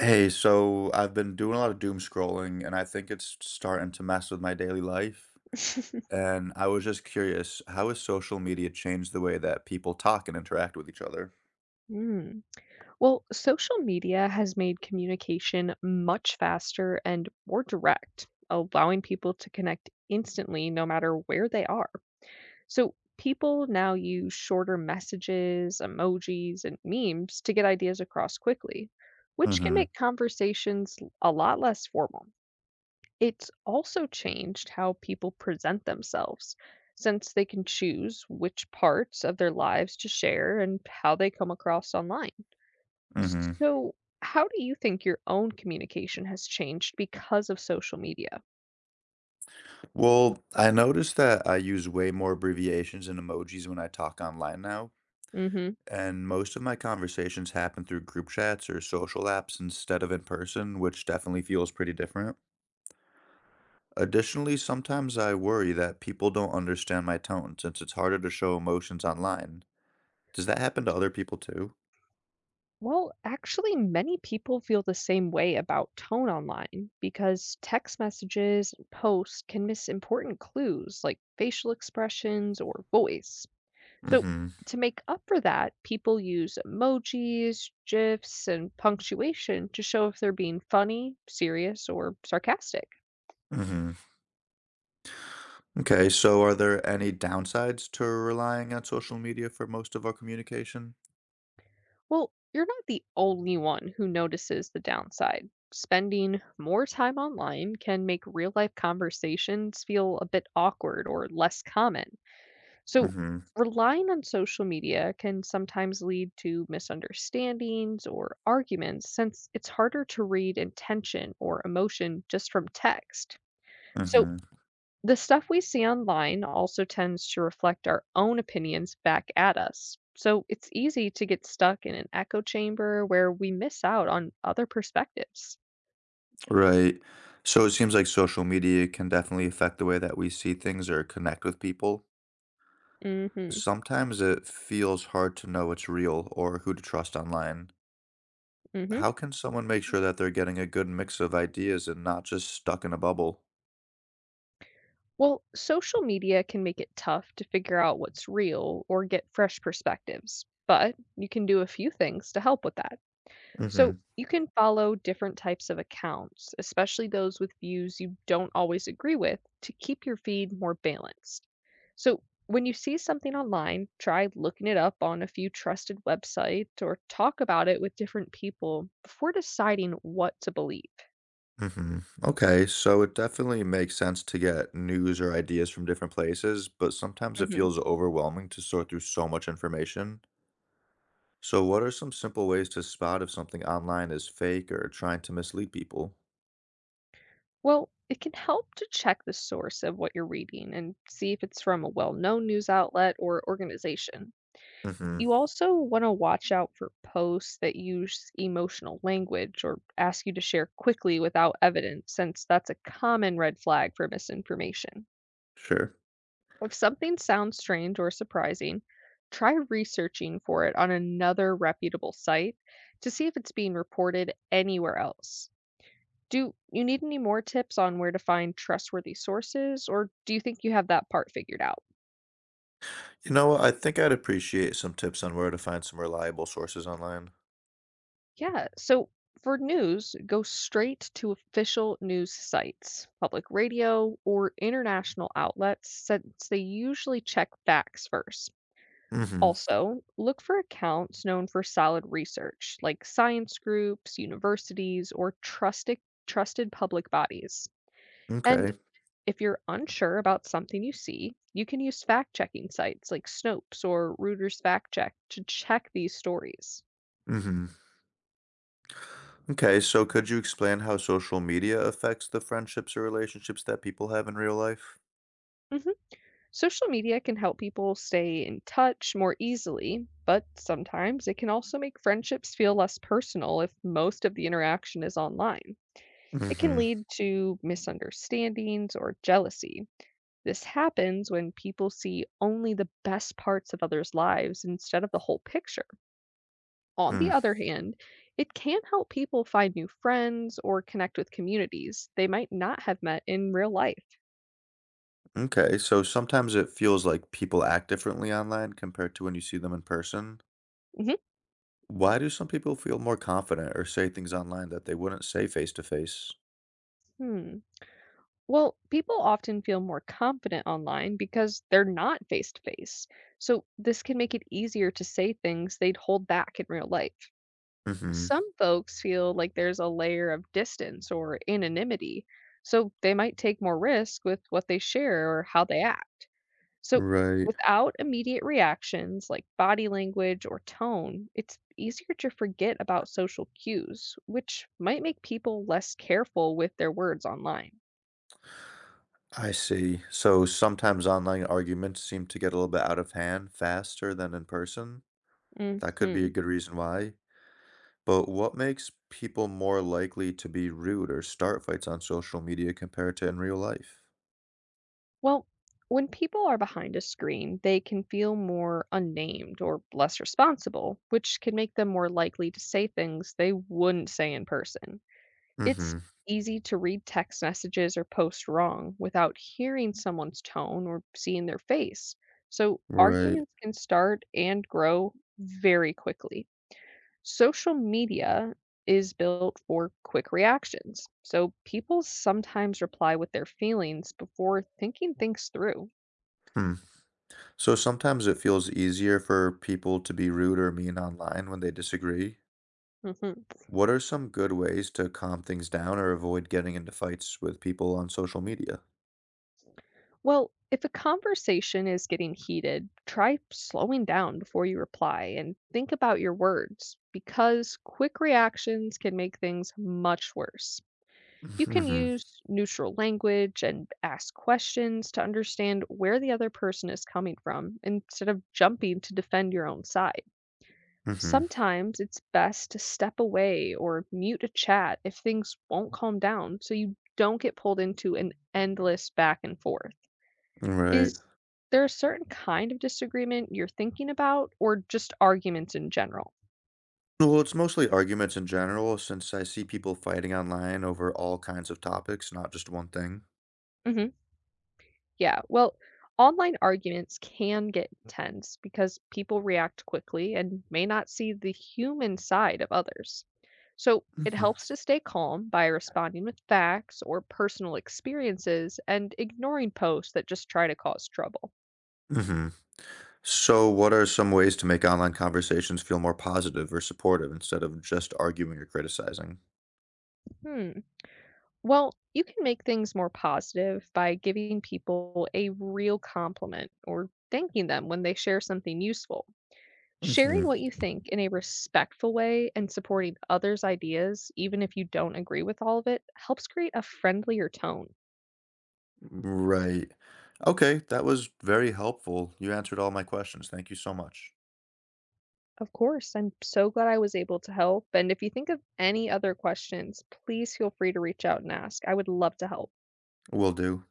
Hey, so I've been doing a lot of doom scrolling, and I think it's starting to mess with my daily life. And I was just curious, how has social media changed the way that people talk and interact with each other? Mm. Well, social media has made communication much faster and more direct, allowing people to connect instantly no matter where they are. So people now use shorter messages, emojis, and memes to get ideas across quickly, which can Mm-hmm. make conversations a lot less formal. It's also changed how people present themselves, since they can choose which parts of their lives to share and how they come across online. Mm-hmm. So, how do you think your own communication has changed because of social media? Well, I noticed that I use way more abbreviations and emojis when I talk online now, Hmm. and most of my conversations happen through group chats or social apps instead of in person, which definitely feels pretty different. Additionally, sometimes I worry that people don't understand my tone since it's harder to show emotions online. Does that happen to other people too? Well, actually, many people feel the same way about tone online because text messages and posts can miss important clues like facial expressions or voice. So Mm-hmm. to make up for that, people use emojis, GIFs, and punctuation to show if they're being funny, serious, or sarcastic. Mm-hmm. Okay, so are there any downsides to relying on social media for most of our communication? Well, you're not the only one who notices the downside. Spending more time online can make real life conversations feel a bit awkward or less common. So Mm-hmm. relying on social media can sometimes lead to misunderstandings or arguments since it's harder to read intention or emotion just from text. So Mm-hmm. the stuff we see online also tends to reflect our own opinions back at us. So it's easy to get stuck in an echo chamber where we miss out on other perspectives. Right. So it seems like social media can definitely affect the way that we see things or connect with people. Mhm. Sometimes it feels hard to know what's real or who to trust online. Mhm. How can someone make sure that they're getting a good mix of ideas and not just stuck in a bubble? Well, social media can make it tough to figure out what's real or get fresh perspectives, but you can do a few things to help with that. So Mhm. you can follow different types of accounts, especially those with views you don't always agree with, to keep your feed more balanced. So when you see something online, try looking it up on a few trusted websites or talk about it with different people before deciding what to believe. Mhm. Okay, so it definitely makes sense to get news or ideas from different places, but sometimes it Mhm. feels overwhelming to sort through so much information. So what are some simple ways to spot if something online is fake or trying to mislead people? Well, it can help to check the source of what you're reading and see if it's from a well known news outlet or organization. Mhm. You also want to watch out for posts that use emotional language or ask you to share quickly without evidence, since that's a common red flag for misinformation. Sure. If something sounds strange or surprising, try researching for it on another reputable site to see if it's being reported anywhere else. Do you need any more tips on where to find trustworthy sources, or do you think you have that part figured out? You know what? I think I'd appreciate some tips on where to find some reliable sources online. Yeah. So for news, go straight to official news sites, public radio, or international outlets, since they usually check facts first. Mhm. Also, look for accounts known for solid research, like science groups, universities, or trusted public bodies. And Okay. if you're unsure about something you see, you can use fact checking sites like Snopes or Reuters Fact Check to check these stories. Mhm. Okay, so could you explain how social media affects the friendships or relationships that people have in real life? Social media can help people stay in touch more easily, but sometimes it can also make friendships feel less personal if most of the interaction is online. It can Mm-hmm. lead to misunderstandings or jealousy. This happens when people see only the best parts of others' lives instead of the whole picture. On Hmm. the other hand, it can help people find new friends or connect with communities they might not have met in real life. Okay, so sometimes it feels like people act differently online compared to when you see them in person. Mhm. Why do some people feel more confident or say things online that they wouldn't say face to face? Hmm. Well, people often feel more confident online because they're not face to face. So this can make it easier to say things they'd hold back in real life. Mm-hmm. Some folks feel like there's a layer of distance or anonymity, so they might take more risk with what they share or how they act. So Right. without immediate reactions like body language or tone, it's easier to forget about social cues, which might make people less careful with their words online. I see. So sometimes online arguments seem to get a little bit out of hand faster than in person. That could be a Hmm. good reason why. But what makes people more likely to be rude or start fights on social media compared to in real life? Well, when people are behind a screen, they can feel more unnamed or less responsible, which can make them more likely to say things they wouldn't say in person. It's Mhm. easy to read text messages or post wrong without hearing someone's tone or seeing their face. So Right. arguments can start and grow very quickly. Social media is built for quick reactions. So people sometimes reply with their feelings before thinking things through. Hmm. So sometimes it feels easier for people to be rude or mean online when they disagree. Mhm. What are some good ways to calm things down or avoid getting into fights with people on social media? Well, if a conversation is getting heated, try slowing down before you reply and think about your words because quick reactions can make things much worse. You can Mhm. use neutral language and ask questions to understand where the other person is coming from instead of jumping to defend your own side. Mhm. Sometimes it's best to step away or mute a chat if things won't calm down so you don't get pulled into an endless back and forth. Right. Is there a certain kind of disagreement you're thinking about, or just arguments in general? Well, it's mostly arguments in general, since I see people fighting online over all kinds of topics, not just one thing. Mhm. Yeah. Well, online arguments can get intense because people react quickly and may not see the human side of others. So it Mhm. helps to stay calm by responding with facts or personal experiences and ignoring posts that just try to cause trouble. Mhm. So, what are some ways to make online conversations feel more positive or supportive instead of just arguing or criticizing? Hmm. Well, you can make things more positive by giving people a real compliment or thanking them when they share something useful. Sharing Mhm. what you think in a respectful way and supporting others' ideas, even if you don't agree with all of it, helps create a friendlier tone. Right. Okay, that was very helpful. You answered all my questions. Thank you so much. Of course, I'm so glad I was able to help. And if you think of any other questions, please feel free to reach out and ask. I would love to help. Will do.